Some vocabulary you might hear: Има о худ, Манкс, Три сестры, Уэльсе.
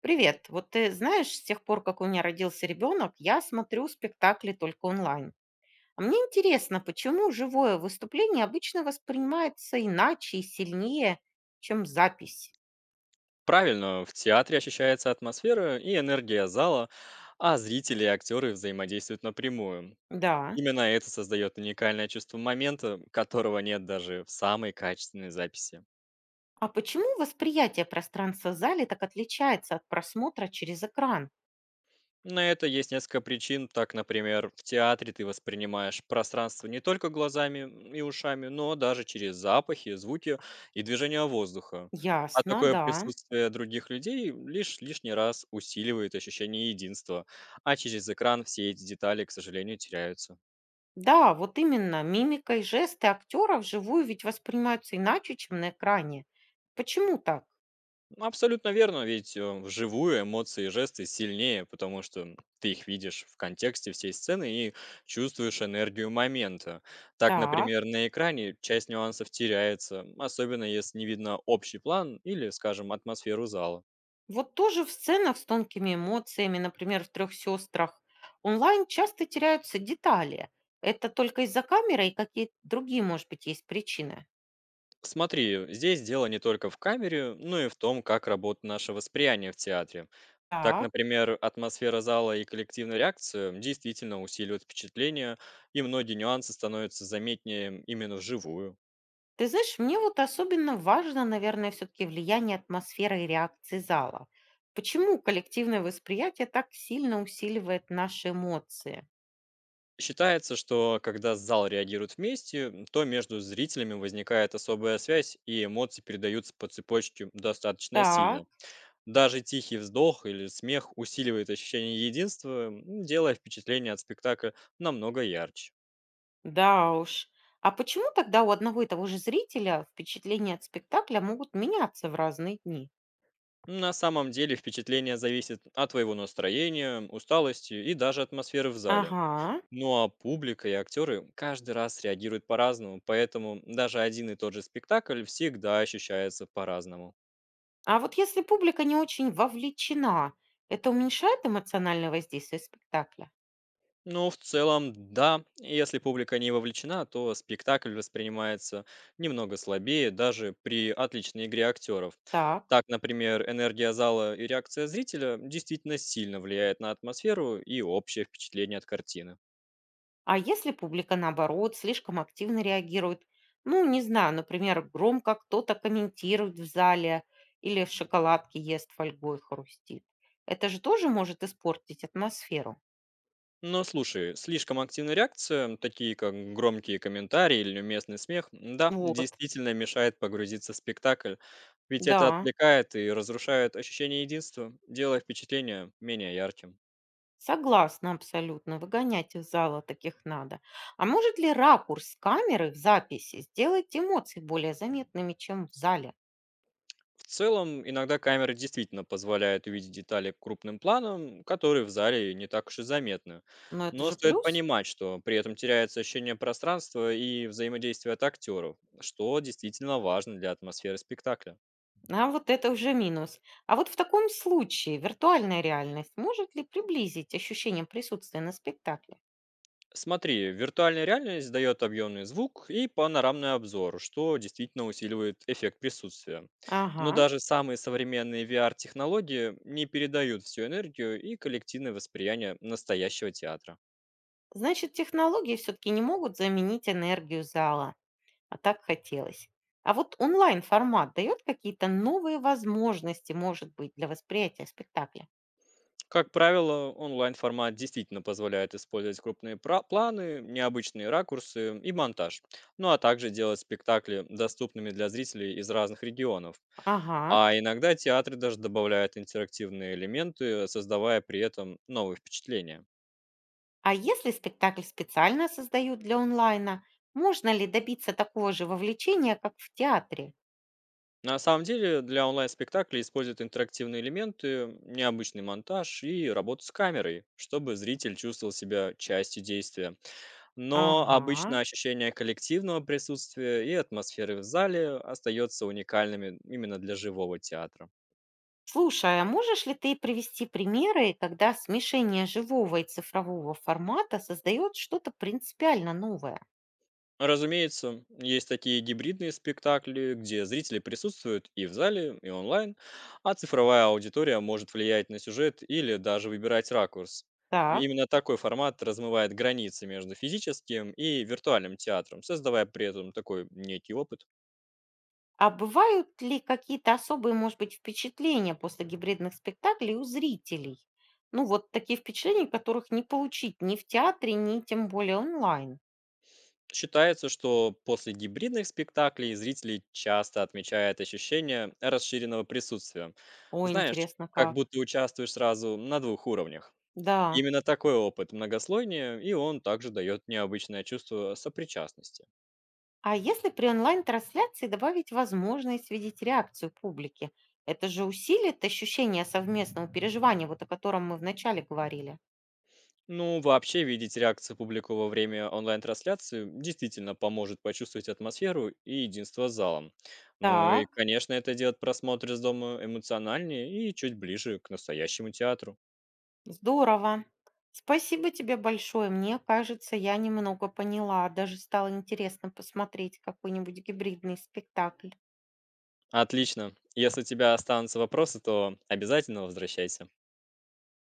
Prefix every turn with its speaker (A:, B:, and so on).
A: Привет. Вот ты знаешь, с тех пор, как у меня родился ребенок, я смотрю спектакли только онлайн. А мне интересно, почему живое выступление обычно воспринимается иначе и сильнее, чем запись?
B: Правильно, в театре ощущается атмосфера и энергия зала, а зрители и актеры взаимодействуют напрямую.
A: Да.
B: Именно это создает уникальное чувство момента, которого нет даже в самой качественной записи.
A: А почему восприятие пространства в зале так отличается от просмотра через экран?
B: На это есть несколько причин. Так, например, в театре ты воспринимаешь пространство не только глазами и ушами, но даже через запахи, звуки и движение воздуха. А
A: Ясно,
B: такое
A: да.
B: присутствие других людей лишь лишний раз усиливает ощущение единства, а через экран все эти детали, к сожалению, теряются.
A: Да, вот именно, мимика и жесты актеров вживую ведь воспринимаются иначе, чем на экране. Почему так?
B: Ну, абсолютно верно, ведь вживую эмоции и жесты сильнее, потому что ты их видишь в контексте всей сцены и чувствуешь энергию момента. Так,
A: Так.
B: например, на экране часть нюансов теряется, особенно если не видно общий план или, скажем, атмосферу зала.
A: Вот тоже в сценах с тонкими эмоциями, например, в «Трех сестрах», онлайн часто теряются детали. Это только из-за камеры и какие-то другие, может быть, есть причины.
B: Смотри, здесь дело не только в камере, но и в том, как работает наше восприятие в театре. Так,
A: Так.
B: например, атмосфера зала и коллективная реакция действительно усиливают впечатление, и многие нюансы становятся заметнее именно вживую.
A: Ты знаешь, мне вот особенно важно, наверное, все-таки влияние атмосферы и реакции зала. Почему коллективное восприятие так сильно усиливает наши эмоции?
B: Считается, что когда зал реагирует вместе, то между зрителями возникает особая связь, и эмоции передаются по цепочке достаточно сильно.
A: Так,
B: Даже тихий вздох или смех усиливает ощущение единства, делая впечатление от спектакля намного ярче.
A: да уж. А почему тогда у одного и того же зрителя впечатления от спектакля могут меняться в разные дни?
B: На самом деле впечатление зависит от твоего настроения, усталости и даже атмосферы в зале.
A: Ага.
B: Ну а публика и актеры каждый раз реагируют по-разному, поэтому даже один и тот же спектакль всегда ощущается по-разному.
A: А вот если публика не очень вовлечена, это уменьшает эмоциональное воздействие спектакля?
B: Ну, в целом, да. Если публика не вовлечена, то спектакль воспринимается немного слабее даже при отличной игре актеров.
A: Так.
B: Так, например, энергия зала и реакция зрителя действительно сильно влияет на атмосферу и общее впечатление от картины.
A: А если публика, наоборот, слишком активно реагирует? Ну, не знаю, например, громко кто-то комментирует в зале или в шоколадке ест фольгой хрустит. Это же тоже может испортить атмосферу.
B: Но слушай, слишком активная реакция, такие как громкие комментарии или неуместный смех, да,
A: Вот,
B: действительно мешает погрузиться в спектакль, ведь это
A: да,
B: отвлекает и разрушает ощущение единства, делая впечатление менее ярким.
A: согласна абсолютно. Выгонять из зала таких надо. А может ли ракурс камеры в записи сделать эмоции более заметными, чем в зале?
B: В целом, иногда камеры действительно позволяют увидеть детали крупным планом, которые в зале не так уж и заметны.
A: Но это
B: Но
A: же
B: стоит
A: плюс,
B: понимать, что при этом теряется ощущение пространства и взаимодействия от актеров, что действительно важно для атмосферы спектакля.
A: а вот это уже минус. А вот в таком случае виртуальная реальность может ли приблизить ощущение присутствия на спектакле?
B: Смотри, виртуальная реальность дает объемный звук и панорамный обзор, что действительно усиливает эффект присутствия. Но
A: Ага.
B: даже самые современные VR-технологии не передают всю энергию и коллективное восприятие настоящего театра.
A: Значит, технологии все-таки не могут заменить энергию зала, а так хотелось. А вот онлайн-формат дает какие-то новые возможности, может быть, для восприятия спектакля?
B: Как правило, онлайн-формат действительно позволяет использовать крупные планы, необычные ракурсы и монтаж, ну а также делать спектакли доступными для зрителей из разных регионов.
A: Ага.
B: А иногда театры даже добавляют интерактивные элементы, создавая при этом новые впечатления.
A: А если спектакль специально создают для онлайна, можно ли добиться такого же вовлечения, как в театре?
B: На самом деле, для онлайн-спектаклей используют интерактивные элементы, необычный монтаж и работу с камерой, чтобы зритель чувствовал себя частью действия. Но
A: Ага.
B: обычно ощущение коллективного присутствия и атмосферы в зале остается уникальными именно для живого театра.
A: Слушай, а можешь ли ты привести примеры, когда смешение живого и цифрового формата создает что-то принципиально новое?
B: Разумеется, есть такие гибридные спектакли, где зрители присутствуют и в зале, и онлайн, а цифровая аудитория может влиять на сюжет или даже выбирать ракурс. И
A: Так.
B: Именно такой формат размывает границы между физическим и виртуальным театром, создавая при этом такой некий опыт.
A: А бывают ли какие-то особые, может быть, впечатления после гибридных спектаклей у зрителей? Ну, вот такие впечатления, которых не получить ни в театре, ни тем более онлайн.
B: Считается, что после гибридных спектаклей зрители часто отмечают ощущение расширенного присутствия.
A: О,
B: Знаешь,
A: интересно
B: как
A: как.
B: будто участвуешь сразу на двух уровнях.
A: Да.
B: Именно такой опыт многослойнее, и он также дает необычное чувство сопричастности.
A: А если при онлайн-трансляции добавить возможность видеть реакцию публики? Это же усилит ощущение совместного переживания, вот о котором мы вначале говорили.
B: Ну, вообще, видеть реакцию публику во время онлайн-трансляции действительно поможет почувствовать атмосферу и единство с залом. Ну и,
A: Так,
B: конечно, это делает просмотр из дома эмоциональнее и чуть ближе к настоящему театру.
A: здорово. Спасибо тебе большое. Мне кажется, я немного поняла. Даже стало интересно посмотреть какой-нибудь гибридный спектакль.
B: Отлично. Если у тебя останутся вопросы, то обязательно возвращайся.